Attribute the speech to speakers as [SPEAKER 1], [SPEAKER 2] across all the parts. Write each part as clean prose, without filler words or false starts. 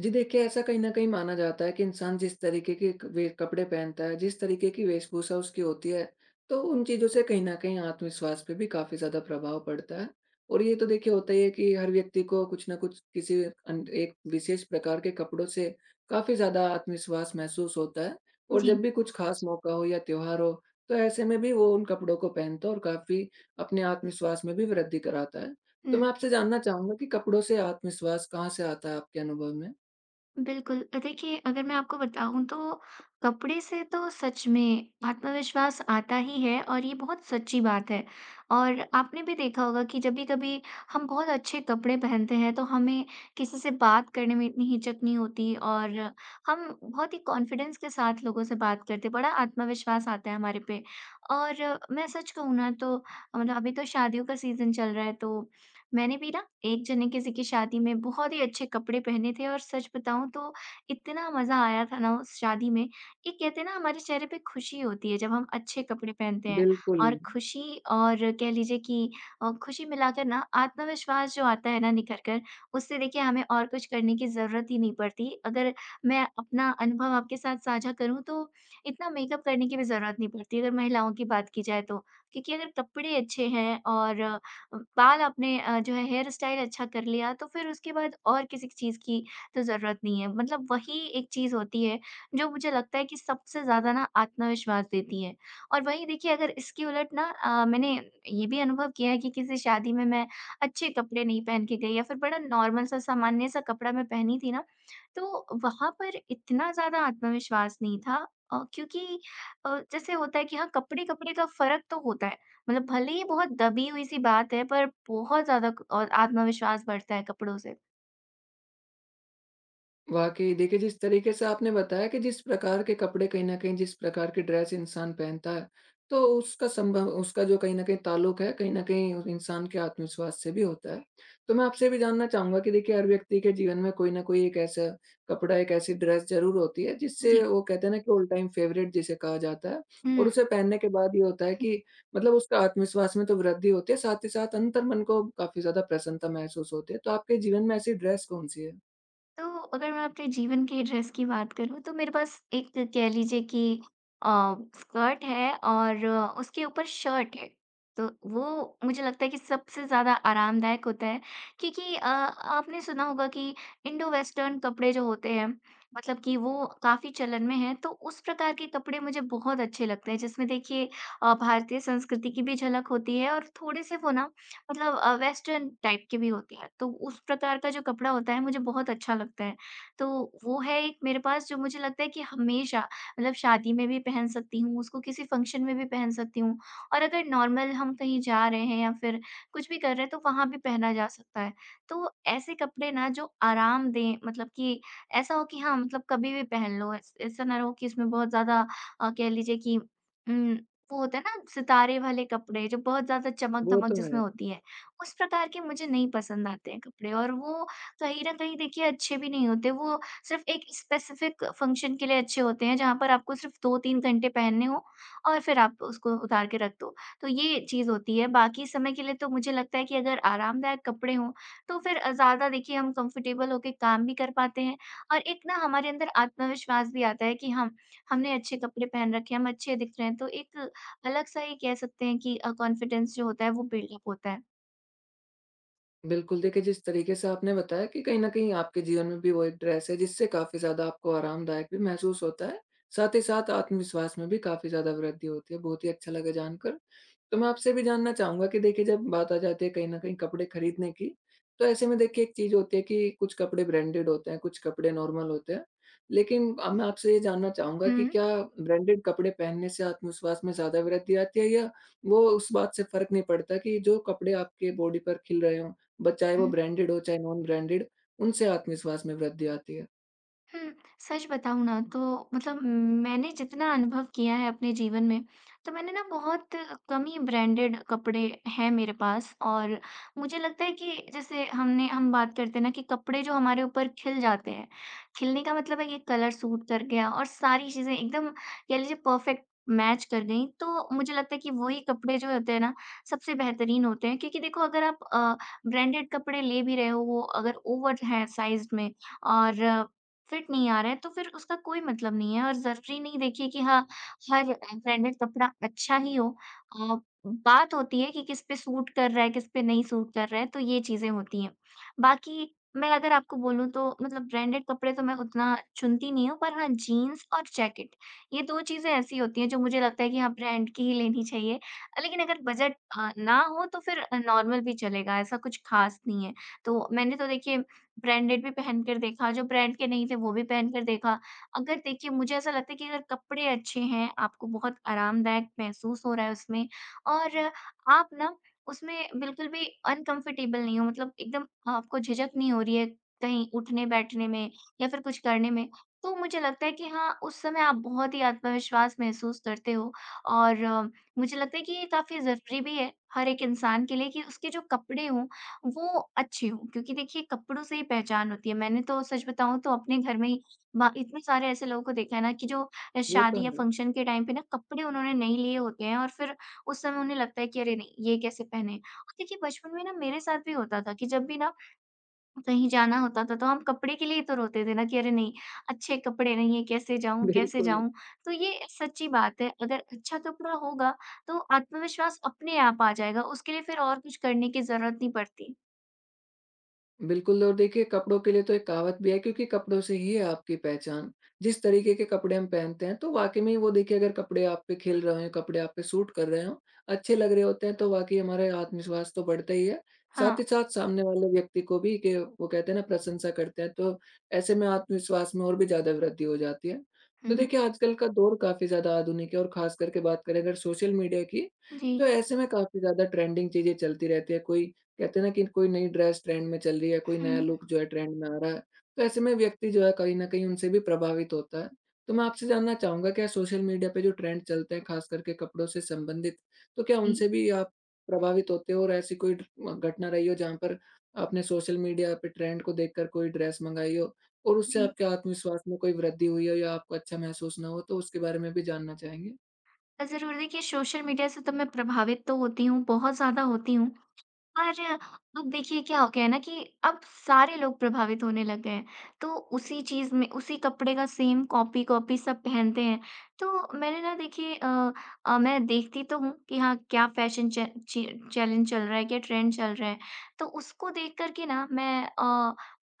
[SPEAKER 1] जी देखिए, ऐसा कहीं न कहीं माना जाता है कि इंसान जिस तरीके के क वे कपड़े पहनता है, जिस तरीके की वेशभूषा उसकी होती है, तो उन चीज़ों से कहीं न कहीं आत्मविश्वास पे भी काफ़ी ज़्यादा प्रभाव पड़ता है। और ये तो देखिए होता ही है कि हर व्यक्ति को कुछ न कुछ किसी अन एक विशेष प्रकार के कपड़ों से काफ़ी ज़्यादा आत्मविश्वास महसूस होता है। और
[SPEAKER 2] जी।
[SPEAKER 1] जब भी कुछ खास मौका हो या त्योहार हो, तो ऐसे में भी वो उन कपड़ों को पहनता है और काफ़ी अपने आत्मविश्वास में भी वृद्धि कराता है। तो
[SPEAKER 2] हुँ,
[SPEAKER 1] मैं आपसे जानना चाहूँगा कि कपड़ों से आत्मविश्वास कहाँ से आता है आपके अनुभव में?
[SPEAKER 2] बिल्कुल। देखिए, अगर मैं आपको बताऊँ तो कपड़े से तो सच में आत्मविश्वास आता ही है और ये बहुत सच्ची बात है। और आपने भी देखा होगा कि जब भी कभी हम बहुत अच्छे कपड़े पहनते हैं तो हमें किसी से बात करने में इतनी हिचक नहीं होती, और हम बहुत ही कॉन्फिडेंस के साथ लोगों से बात करते हैं, बड़ा आत्मविश्वास आता है हमारे पे। और मैं सच कहूँ ना तो मतलब अभी तो शादियों का सीज़न चल रहा है, तो मैंने भी ना एक जने किसी की शादी में बहुत ही अच्छे कपड़े पहने थे, और सच बताऊँ तो इतना मज़ा आया था ना उस शादी में। ये कहते हैं ना, हमारे चेहरे पे खुशी होती है जब हम अच्छे कपड़े पहनते हैं,
[SPEAKER 1] बिल्कुल,
[SPEAKER 2] और खुशी और कह लीजिए कि खुशी मिलाकर ना आत्मविश्वास जो आता है ना निखर कर, उससे देखिए हमें और कुछ करने की ज़रूरत ही नहीं पड़ती। अगर मैं अपना अनुभव आपके साथ साझा करूँ तो इतना मेकअप करने की भी ज़रूरत नहीं पड़ती अगर महिलाओं की बात की जाए तो, क्योंकि अगर कपड़े अच्छे हैं और बाल आपने जो है हेयर स्टाइल अच्छा कर लिया तो फिर उसके बाद और किसी चीज़ की तो ज़रूरत नहीं है। मतलब वही एक चीज़ होती है जो मुझे लगता है कि सबसे ज़्यादा ना आत्मविश्वास देती है। और वहीं देखिए, अगर इसके उलट ना मैंने ये भी अनुभव किया है कि किसी शादी में मैं अच्छे कपड़े नहीं पहन के गई या फिर बड़ा नॉर्मल सा सामान्य सा कपड़ा मैं पहनी थी ना, तो वहाँ पर इतना ज़्यादा आत्मविश्वास नहीं था, क्योंकि जैसे होता है कि हाँ, कपड़े-कपड़े का फ़र्क तो होता है। मतलब भले ही बहुत दबी हुई-सी बात है, पर बहुत ज़्यादा क और आत्मविश्वास बढ़ता है कपड़ों से।
[SPEAKER 1] वाक़ई देखिए जिस तरीके से आपने बताया कि जिस प्रकार के कपड़े कहीं न कहीं जिस प्रकार की ड्रेस इंसान पहनता है, तो उसका संभव उसका जो कहीं न कहीं ताल्लुक है, कहीं न कहीं उस इंसान के आत्मविश्वास से भी होता है। तो मैं आपसे भी जानना चाहूँगा कि देखिए हर व्यक्ति के जीवन में कोई न कोई एक ऐसा कपड़ा, एक ऐसी ड्रेस ज़रूर होती है, जिससे
[SPEAKER 2] जी।
[SPEAKER 1] वो कहते हैं ना कि ऑल टाइम फेवरेट जिसे कहा जाता है। और
[SPEAKER 2] हुँ।
[SPEAKER 1] उसे पहनने के बाद ये होता है कि मतलब उसका आत्मविश्वास में तो वृद्धि होती है, साथ ही साथ अंतर्मन को काफ़ी ज़्यादा प्रसन्नता महसूस होती है। तो आपके जीवन में ऐसी ड्रेस कौन-सी है?
[SPEAKER 2] तो अगर मैं अपने जीवन के ड्रेस की बात करूँ तो मेरे पास एक कह लीजिए कि अ, स्कर्ट है और उसके ऊपर शर्ट है। तो वो मुझे लगता है कि सबसे ज़्यादा आरामदायक होता है, क्योंकि आपने सुना होगा कि इंडो वेस्टर्न कपड़े जो होते हैं मतलब कि वो काफ़ी चलन में हैं। तो उस प्रकार के कपड़े मुझे बहुत अच्छे लगते हैं, जिसमें देखिए भारतीय संस्कृति की भी झलक होती है और थोड़े से वो ना मतलब वेस्टर्न टाइप के भी होते हैं, तो उस प्रकार का जो कपड़ा होता है मुझे बहुत अच्छा लगता है। तो वो है एक मेरे पास जो मुझे लगता है कि हमेशा मतलब शादी में भी पहन सकती हूँ, उसको किसी फंक्शन में भी पहन सकती हूँ, और अगर नॉर्मल हम कहीं जा रहे हैं या फिर कुछ भी कर रहे हैं तो वहाँ भी पहना जा सकता है। तो ऐसे कपड़े ना जो आराम दें, मतलब कि ऐसा हो कि हाँ, मतलब कभी भी पहन लो, ऐस ऐसा ना हो कि इसमें बहुत ज़्यादा कह लीजिए कि वो होता है ना सितारे वाले कपड़े जो बहुत ज़्यादा
[SPEAKER 1] वो
[SPEAKER 2] चमक-धमक
[SPEAKER 1] तो
[SPEAKER 2] जिसमें
[SPEAKER 1] है।
[SPEAKER 2] होती है। उस प्रकार के मुझे नहीं पसंद आते हैं कपड़े, और वो कहीं न कहीं देखिए अच्छे भी नहीं होते। वो सिर्फ़ एक स्पेसिफ़िक फ़ंक्शन के लिए अच्छे होते हैं जहाँ पर आपको सिर्फ़ 2-3 घंटे पहनने हों और फिर आप उसको उतार के रख दो। तो ये चीज़ होती है, बाकी समय के लिए तो मुझे लगता है कि अगर आरामदायक कपड़े हों, तो फिर ज़्यादा देखिए हम कंफ़र्टेबल होके काम भी कर पाते हैं, और एक ना हमारे अंदर आत्मविश्वास भी आता है कि हम हमने अच्छे कपड़े पहन रखे हैं, हम अच्छे दिख रहे हैं। तो एक अलग-सा ही कह सकते हैं कि कॉन्फिडेंस जो होता है वो बिल्डअप होता है।
[SPEAKER 1] बिल्कुल, देखिए जिस तरीके से आपने बताया कि कहीं न कहीं आपके जीवन में भी वो एक ड्रेस है, जिससे काफ़ी ज़्यादा आपको आरामदायक भी महसूस होता है, साथ ही साथ आत्मविश्वास में भी काफ़ी ज़्यादा वृद्धि होती है। बहुत ही अच्छा लगा जानकर। तो मैं आपसे भी जानना चाहूँगा कि देखिए जब बात आ जाती है कहीं न कहीं कपड़े खरीदने की, तो ऐसे में देखिए एक चीज़ होती है कि कुछ कपड़े ब्रांडेड होते हैं, कुछ कपड़े नॉर्मल होते हैं। लेकिन मैं आपसे ये जानना चाहूँगा कि
[SPEAKER 2] हुँ।
[SPEAKER 1] क्या ब्रांडेड कपड़े पहनने से आत्मविश्वास में ज़्यादा वृद्धि आती है, या वो उस बात से फ़र्क नहीं पड़ता कि जो कपड़े आपके बॉडी पर खिल रहे हों, ब चाहे वो
[SPEAKER 2] हुँ,
[SPEAKER 1] ब्रांडेड हो, चाहे नॉन ब्रांडेड, उनसे आत्मविश्वास में वृद्धि आती है?
[SPEAKER 2] हुँ, सच बताऊँ ना तो मतलब मैंने जितना अनुभव किया है अपने जीवन में, तो मैंने ना बहुत कम ही ब्रांडेड कपड़े हैं मेरे पास। और मुझे लगता है कि जैसे हमने हम बात करते हैं ना कि कपड़े जो हमारे ऊपर खिल जाते हैं, खिलने का मतलब है ये कलर सूट कर गया और सारी चीज़ें एकदम कह लीजिए परफेक्ट मैच कर गईं, तो मुझे लगता है कि वही कपड़े जो होते हैं ना, सबसे बेहतरीन होते हैं। क्योंकि देखो, अगर आप ब्रांडेड कपड़े ले भी रहे हो, वो अगर ओवर हैं साइज़ में और फिट नहीं आ रहा है, तो फिर उसका कोई मतलब नहीं है, और ज़रूरी नहीं देखिए कि हाँ, हर ब्रांडेड कपड़ा अच्छा ही हो। अ, बात होती है कि किस पे सूट कर रहा है, किस पे नहीं सूट कर रहा है, तो ये चीज़ें होती हैं। बाकी मैं अगर आपको बोलूँ तो मतलब ब्रांडेड कपड़े तो मैं उतना चुनती नहीं हूँ, पर हाँ, जीन्स और जैकेट ये 2 चीज़ें ऐसी होती हैं जो मुझे लगता है कि हाँ, ब्रांड की ही लेनी चाहिए। लेकिन अगर बजट ना हो तो फिर नॉर्मल भी चलेगा, ऐसा कुछ ख़ास नहीं है। तो मैंने तो देखिए ब्रांडेड भी पहन कर देखा, जो ब्रांड के नहीं थे वो भी पहन कर देखा। अगर देखिए मुझे ऐसा लगता है कि अगर कपड़े अच्छे हैं, आपको बहुत आरामदायक महसूस हो रहा है उसमें, और आप ना उसमें बिल्कुल भी अनकम्फर्टेबल नहीं हो, मतलब एकदम आपको झिझक नहीं हो रही है कहीं उठने-बैठने में या फिर कुछ करने में, तो मुझे लगता है कि हाँ, उस समय आप बहुत ही आत्मविश्वास महसूस करते हो। और मुझे लगता है कि ये काफ़ी ज़रूरी भी है हर एक इंसान के लिए कि उसके जो कपड़े हों वो अच्छे हों, क्योंकि देखिए कपड़ों से ही पहचान होती है। मैंने तो सच बताऊँ तो अपने घर में ही बा इतने सारे ऐसे लोगों को देखा है ना कि जो
[SPEAKER 1] वो
[SPEAKER 2] शादी
[SPEAKER 1] तो
[SPEAKER 2] या
[SPEAKER 1] है।
[SPEAKER 2] फंक्शन के टाइम पे ना कपड़े उन्होंने नहीं लिए होते हैं, और फिर उस समय उन्हें लगता है कि अरे नहीं, ये कैसे पहने? और देखिए बचपन में ना मेरे साथ भी होता था कि जब भी ना कहीं जाना होता था तो हम कपड़े के लिए ही तो रोते थे ना कि अरे नहीं, अच्छे कपड़े नहीं है, कैसे जाऊँ, कैसे
[SPEAKER 1] बिल्कुल।
[SPEAKER 2] जाऊँ? तो ये सच्ची बात है, अगर अच्छा कपड़ा होगा तो आत्मविश्वास अपने आप आ जाएगा, उसके लिए फिर और कुछ करने की ज़रूरत नहीं पड़ती।
[SPEAKER 1] बिल्कुल, और देखिए कपड़ों के लिए तो एक कहावत भी है, क्योंकि कपड़ों से ही है आपकी पहचान। जिस तरीके के कपड़े हम पहनते हैं, तो वाक़ई में वो देखिए अगर कपड़े आप पे खिल रहे हों, कपड़े आप पे सूट कर रहे हों, अच्छे लग रहे होते हैं, तो वाक़ई हमारे आत्मविश्वास तो बढ़ता ही है।
[SPEAKER 2] हाँ।
[SPEAKER 1] साथ ही साथ सामने वाले व्यक्ति को भी कि वो कहते हैं ना प्रशंसा करते हैं, तो ऐसे में आत्मविश्वास में और भी ज़्यादा वृद्धि हो जाती है।
[SPEAKER 2] हुँ,
[SPEAKER 1] तो
[SPEAKER 2] हुँ।
[SPEAKER 1] देखिए आजकल का दौर काफ़ी ज़्यादा आधुनिक है, और ख़ास करके बात करें अगर सोशल मीडिया की,
[SPEAKER 2] जी।
[SPEAKER 1] तो ऐसे में काफ़ी ज़्यादा ट्रेंडिंग चीज़ें चलती रहती है। कोई कहते हैं ना कि कोई नई ड्रेस ट्रेंड में चल रही है, कोई
[SPEAKER 2] हुँ,
[SPEAKER 1] नया लुक जो है ट्रेंड में आ रहा है, तो ऐसे में व्यक्ति जो है कहीं न कहीं उनसे भी प्रभावित होता है। तो मैं आपसे जानना चाहूँगा, क्या सोशल मीडिया पे जो ट्रेंड चलते हैं, ख़ास करके कपड़ों से संबंधित, तो क्या
[SPEAKER 2] जी,
[SPEAKER 1] उनसे भी आप प्रभावित होते हो और ऐसी कोई ड घटना रही हो जहाँ पर आपने सोशल मीडिया पे ट्रेंड को देखकर कोई ड्रेस मँगाई हो और उससे
[SPEAKER 2] जी।
[SPEAKER 1] आपके आत्मविश्वास में कोई वृद्धि हुई हो, या आपको अच्छा महसूस ना हो, तो उसके बारे में भी जानना चाहेंगे?
[SPEAKER 2] ज़रूर देखिए, सोशल मीडिया से तो मैं प्रभावित तो होती हूँ, बहुत ज़्यादा होती हूँ। और अब देखिए क्या हो गया है ना कि अब सारे लोग प्रभावित होने लग गए हैं। तो उसी चीज़ में उसी कपड़े का सेम कॉपी कॉपी सब पहनते हैं। तो मैंने ना देखिए मैं देखती तो हूँ कि हाँ, क्या फैशन च ची चैलेंज चल रहा है, क्या ट्रेंड चल रहा है। तो उसको देख कर के ना मैं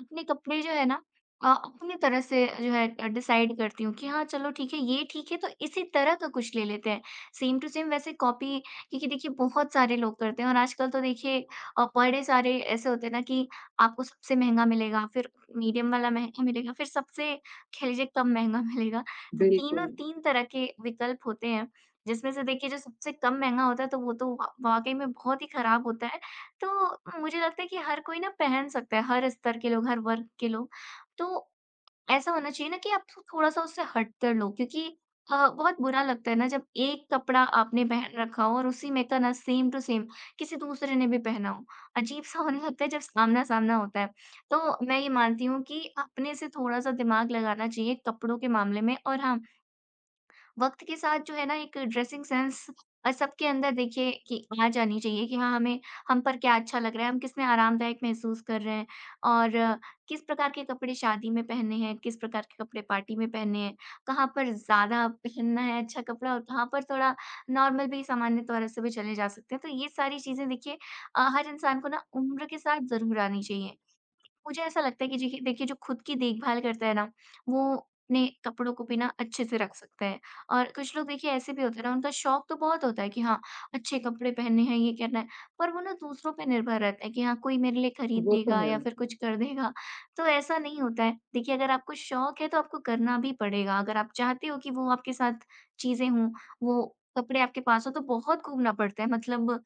[SPEAKER 2] अपने कपड़े जो है ना अपनी तरह से जो है डिसाइड करती हूँ कि हाँ, चलो ठीक है, ये ठीक है, तो इसी तरह का कुछ ले लेते हैं। सेम टू सेम वैसे कॉपी, क्योंकि देखिए बहुत सारे लोग करते हैं। और आजकल तो देखिए बड़े सारे ऐसे होते हैं ना कि आपको सबसे महंगा मिलेगा, फिर मीडियम वाला महंगा मिलेगा, फिर सबसे कह लीजिए कम महंगा मिलेगा। तो तीनों
[SPEAKER 1] बिल्कुल,
[SPEAKER 2] 3 तरह के विकल्प होते हैं, जिसमें से देखिए जो सबसे कम महंगा होता है तो वो तो वा वाक़ई में बहुत ही ख़राब होता है। तो मुझे लगता है कि हर कोई ना पहन सकता है, हर स्तर के लोग, हर वर्ग के लोग। तो ऐसा होना चाहिए ना कि आप थो थोड़ा-सा उससे हट कर लो, क्योंकि बहुत बुरा लगता है ना जब एक कपड़ा आपने पहन रखा हो और उसी में का ना सेम टू सेम किसी दूसरे ने भी पहना हो। अजीब-सा होने लगता है जब आमना-सामना होता है। तो मैं ये मानती हूँ कि अपने से थोड़ा-सा दिमाग लगाना चाहिए कपड़ों के मामले में, और हाँ, वक़्त के साथ जो है ना एक ड्रेसिंग सेंस सबके अंदर देखिए कि आ जानी चाहिए कि हाँ, हमें हम पर क्या अच्छा लग रहा है, हम किस में आरामदायक महसूस कर रहे हैं, और किस प्रकार के कपड़े शादी में पहनने हैं, किस प्रकार के कपड़े पार्टी में पहनने हैं, कहाँ पर ज़्यादा पहनना है अच्छा कपड़ा और कहाँ पर थोड़ा नॉर्मल भी सामान्य तौर से भी चले जा सकते हैं। तो ये सारी चीज़ें देखिए हर इंसान को ना उम्र के साथ ज़रूर आनी चाहिए। मुझे ऐसा लगता है कि जी देखिए, जो खुद की देखभाल करता है ना, वो अपने कपड़ों को भी ना अच्छे से रख सकता है। और कुछ लोग देखिए ऐसे भी होते हैं ना, उनका शौक तो बहुत होता है कि हाँ, अच्छे कपड़े पहनने हैं, ये करना है, पर वो ना दूसरों पे निर्भर रहता है कि हाँ, कोई मेरे लिए खरीद
[SPEAKER 1] वो तो
[SPEAKER 2] देगा
[SPEAKER 1] है।
[SPEAKER 2] या फिर कुछ कर देगा। तो ऐसा नहीं होता है। देखिए, अगर आपको शौक है तो आपको करना भी पड़ेगा। अगर आप चाहते हो कि वो आपके साथ चीज़ें हों, वो कपड़े आपके पास हों तो बहुत घूमना पड़ता है। मतलब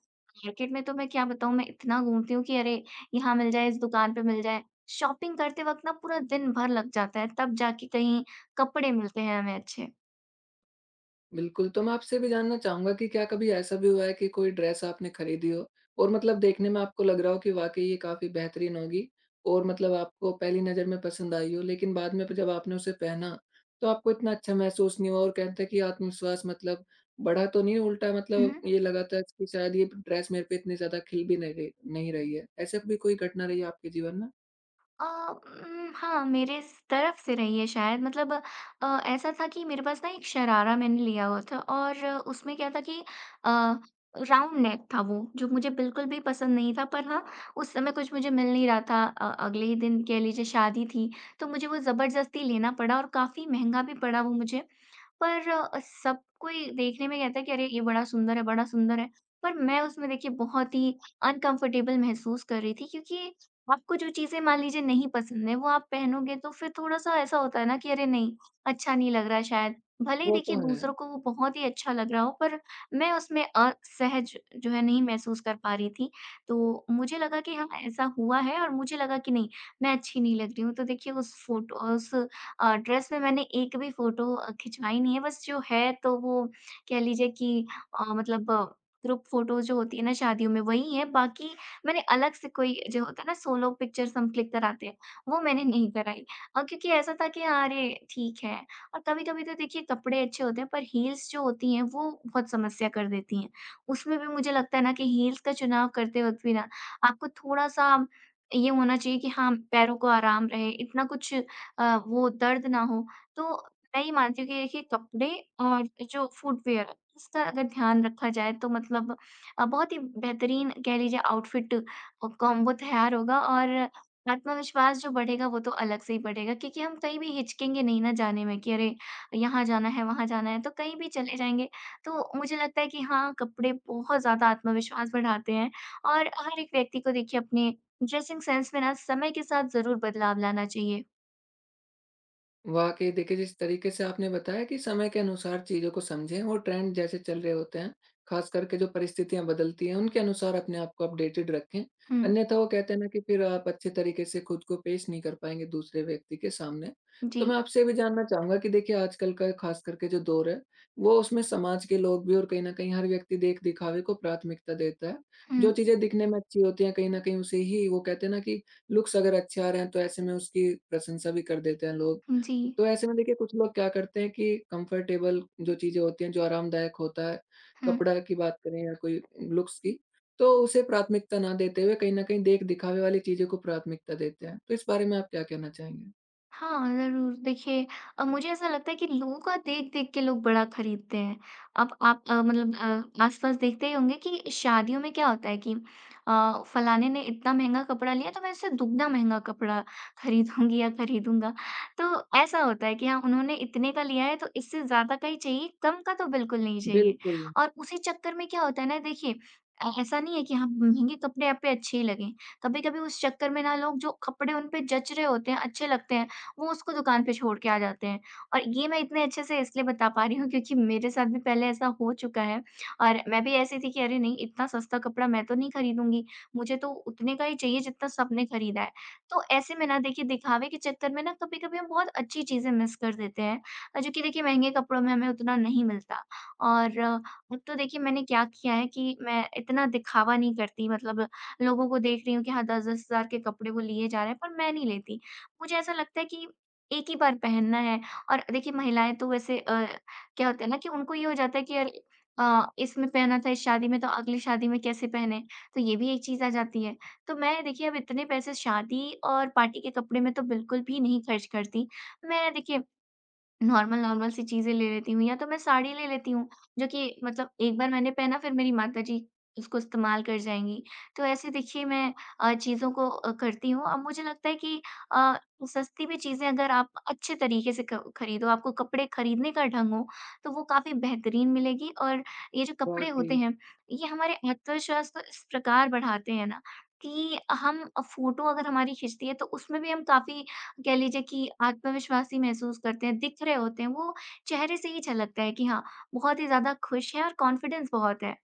[SPEAKER 2] मार्केट में तो मैं क्या बताऊँ, मैं इतना घूमती हूँ कि अरे! यहाँ मिल जाए, इस दुकान पे मिल जाए। शॉपिंग करते वक़्त ना पूरा दिन भर लग जाता है, तब जाके कहीं कपड़े मिलते हैं हमें अच्छे।
[SPEAKER 1] बिल्कुल, तो मैं आपसे भी जानना चाहूँगा कि क्या कभी ऐसा भी हुआ है कि कोई ड्रेस आपने खरीदी हो और मतलब देखने में आपको लग रहा हो कि वाक़ई ये काफ़ी बेहतरीन होगी, और मतलब आपको पहली नज़र में पसंद आई हो, लेकिन बाद में जब आपने उसे पहना, तो आपको इतना अच्छा महसूस नहीं हुआ, और कहते हैं कि आत्मविश्वास मतलब बढ़ा तो नहीं, उल्टा
[SPEAKER 2] हुँ।
[SPEAKER 1] मतलब ये लगा था कि शायद ये ड्रेस मेरे पे इतनी ज़्यादा खिल भी नहीं रही है। ऐसा भी कोई घटना रही है आपके जीवन में?
[SPEAKER 2] हाँ, मेरे स तरफ से रही है शायद। मतलब ऐसा था कि मेरे पास ना एक शरारा मैंने लिया हुआ था और उसमें क्या था कि अ, राउंड नेक था वो, जो मुझे बिल्कुल भी पसंद नहीं था। पर हाँ, उस समय कुछ मुझे मिल नहीं रहा था। अगले ही दिन कह लीजिए शादी थी, तो मुझे वो ज़बरदस्ती लेना पड़ा और काफ़ी महँगा भी पड़ा वो मुझे। पर सब कोई देखने में कहता है कि अरे! ये बड़ा सुंदर है, बड़ा सुंदर है। पर मैं उसमें देखिए बहुत ही अनकम्फ़र्टेबल महसूस कर रही थी, क्योंकि आपको जो चीज़ें मान लीजिए नहीं पसंद है, वो आप पहनोगे तो फिर थोड़ा-सा ऐसा होता है ना कि अरे नहीं, अच्छा नहीं लग रहा है शायद। भले ही
[SPEAKER 1] वो
[SPEAKER 2] देखिए
[SPEAKER 1] तो है।
[SPEAKER 2] दूसरों को वो बहुत ही अच्छा लग रहा हो, पर मैं उसमें असहज जो है नहीं महसूस कर पा रही थी। तो मुझे लगा कि हाँ, ऐसा हुआ है और मुझे लगा कि नहीं, मैं अच्छी नहीं लग रही हूँ। तो देखिए उस फ़ोटो उस ड्रेस में मैंने एक भी फ़ोटो खिंचवाई नहीं है। बस जो है तो वो कह लीजिए कि मतलब ग्रुप फ़ोटो जो होती है ना शादियों में वही है, बाकी मैंने अलग से कोई जो होता है ना सोलो पिक्चर्स हम क्लिक कराते हैं, वो मैंने नहीं कराई। क्योंकि ऐसा था कि हाँ, अरे ठीक है। और कभी-कभी तो देखिए कपड़े अच्छे होते हैं, पर हील्स जो होती हैं वो बहुत समस्या कर देती हैं। उसमें भी मुझे लगता है ना कि हील्स का चुनाव करते वक़्त भी ना आपको थोड़ा-सा ये होना चाहिए कि हाँ, पैरों को आराम रहे, इतना कुछ वो दर्द ना हो। तो मैं ये मानती हूँ कि देखिए कपड़े और जो फुटवियर, इसका अगर ध्यान रखा जाए तो मतलब बहुत ही बेहतरीन कह लीजिए आउटफिट कॉम्बो तैयार होगा और आत्मविश्वास जो बढ़ेगा वो तो अलग से ही बढ़ेगा, क्योंकि हम कहीं भी हिचकेंगे नहीं ना जाने में कि अरे! यहाँ जाना है, वहाँ जाना है, तो कहीं भी चले जाएँगे। तो मुझे लगता है कि हाँ, कपड़े बहुत ज़्यादा आत्मविश्वास बढ़ाते हैं और हर एक व्यक्ति को देखिए अपने ड्रेसिंग सेंस में ना समय के साथ ज़रूर बदलाव लाना चाहिए।
[SPEAKER 1] वाक़ई देखिए, जिस तरीके से आपने बताया कि समय के अनुसार चीज़ों को समझें, और ट्रेंड जैसे चल रहे होते हैं, ख़ास करके जो परिस्थितियाँ बदलती हैं, उनके अनुसार अपने आप को अपडेटेड रखें।
[SPEAKER 2] हुँ।
[SPEAKER 1] अन्यथा वो कहते हैं ना कि फिर आप अच्छे तरीके से खुद को पेश नहीं कर पाएँगे दूसरे व्यक्ति के सामने।
[SPEAKER 2] जी।
[SPEAKER 1] तो मैं आपसे ये भी जानना चाहूँगा कि देखिए आजकल का ख़ास करके जो दौर है, वो उसमें समाज के लोग भी और कहीं न कहीं हर व्यक्ति देख-दिखावे को प्राथमिकता देता है।
[SPEAKER 2] हुँ,
[SPEAKER 1] जो चीज़ें दिखने में अच्छी होती हैं, कहीं न कहीं उसे ही वो कहते हैं ना कि लुक्स अगर अच्छे आ रहे हैं, तो ऐसे में उसकी प्रशंसा भी कर देते हैं लोग।
[SPEAKER 2] जी।
[SPEAKER 1] तो ऐसे में देखिए कुछ लोग क्या करते हैं कि कंफर्टेबल जो चीज़ें होती हैं, जो आरामदायक होता है,
[SPEAKER 2] हुँ।
[SPEAKER 1] कपड़ा की बात करें या कोई लुक्स की, तो उसे प्राथमिकता ना देते हुए कहीं न कहीं देख-दिखावे वाली चीज़ों को प्राथमिकता देते हैं। तो इस बारे में आप क्या कहना चाहेंगे?
[SPEAKER 2] हाँ, ज़रूर। देखिए मुझे ऐसा लगता है कि लोगों का देख-देख के लोग बड़ा खरीदते हैं। अब आप मतलब आस-पास देखते ही होंगे कि शादियों में क्या होता है कि फलाने ने इतना महँगा कपड़ा लिया तो मैं इससे दुगना महँगा कपड़ा खरीदूँगी या खरीदूँगा। तो ऐसा होता है कि हाँ, उन्होंने इतने का लिया है तो इससे ज़्यादा का ही चाहिए, कम का तो बिल्कुल नहीं चाहिए।
[SPEAKER 1] बिल्कुल,
[SPEAKER 2] और उसी चक्कर में क्या होता है ना देखिए ऐसा नहीं है कि हाँ, महँगे कपड़े आप पे अच्छे ही लगें। कभी-कभी उस चक्कर में ना लोग जो कपड़े उन पे जच रहे होते हैं, अच्छे लगते हैं, वो उसको दुकान पे छोड़ के आ जाते हैं। और ये मैं इतने अच्छे से इसलिए बता पा रही हूँ, क्योंकि मेरे साथ भी पहले ऐसा हो चुका है और मैं भी ऐसी थी कि अरे नहीं, इतना सस्ता कपड़ा मैं तो नहीं खरीदूँगी, मुझे तो उतने का ही चाहिए जितना सबने खरीदा है। तो ऐसे में ना देखिए दिखावे के चक्कर में ना कभी-कभी हम बहुत अच्छी चीज़ें मिस कर देते हैं, जो कि देखिए महँगे कपड़ों में हमें उतना नहीं मिलता। और अब तो देखिए मैंने क्या किया है कि मैं इतना दिखावा नहीं करती। मतलब लोगों को देख रही हूँ कि हाँ, 10-10 हज़ार के कपड़े वो लिए जा रहे हैं, पर मैं नहीं लेती। मुझे ऐसा लगता है कि एक ही बार पहनना है। और देखिए महिलाएँ तो वैसे क्या होता है ना कि उनको ये हो जाता है कि यार इसमें पहना था इस शादी में, तो अगली शादी में कैसे पहने? तो ये भी एक चीज़ आ जाती है। तो मैं देखिए अब इतने पैसे शादी और पार्टी के कपड़े में तो बिल्कुल भी नहीं खर्च करती। मैं देखिए नॉर्मल-नॉर्मल सी चीज़ें ले लेती हूँ या तो मैं साड़ी ले लेती हूँ, जो कि मतलब एक बार मैंने पहना फिर मेरी माताजी उसको इस्तेमाल कर जाएँगी। तो ऐसे देखिए मैं चीज़ों को करती हूँ और मुझे लगता है कि अ, सस्ती भी चीज़ें अगर आप अच्छे तरीके से ख खरीदो, आपको कपड़े खरीदने का ढंग हो, तो वो काफ़ी बेहतरीन मिलेगी। और ये जो कपड़े होते
[SPEAKER 1] वाक़ई।
[SPEAKER 2] हैं, ये हमारे आत्मविश्वास को इस प्रकार बढ़ाते हैं ना कि हम फ़ोटो अगर हमारी खिंचती है तो उसमें भी हम काफ़ी कह लीजिए कि आत्मविश्वासी महसूस करते हैं, दिख रहे होते हैं, वो चेहरे से ही झलकता है कि हाँ, बहुत ही ज़्यादा खुश हैं और कॉन्फिडेंस बहुत है।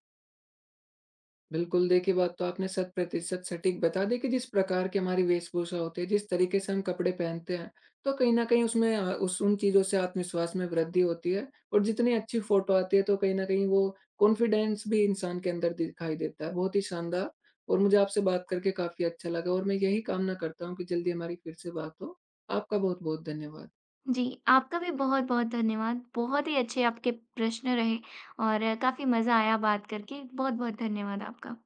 [SPEAKER 1] बिल्कुल, देखिए बात तो आपने शत प्रतिशत सटीक बता दी कि जिस प्रकार की हमारी वेशभूषा होती है, जिस तरीके से हम कपड़े पहनते हैं, तो कहीं न कहीं उसमें उस उन चीज़ों से आत्मविश्वास में वृद्धि होती है और जितनी अच्छी फ़ोटो आती है, तो कहीं न कहीं वो कॉन्फिडेंस भी इंसान के अंदर दिखाई देता है। बहुत ही शानदार, और मुझे आपसे बात करके काफ़ी अच्छा लगा, और मैं यही कामना करता हूँ कि जल्दी हमारी फिर से बात हो। आपका बहुत-बहुत धन्यवाद।
[SPEAKER 2] जी, आपका भी बहुत-बहुत धन्यवाद। बहुत ही अच्छे आपके प्रश्न रहे और काफ़ी मज़ा आया बात करके। बहुत-बहुत धन्यवाद आपका।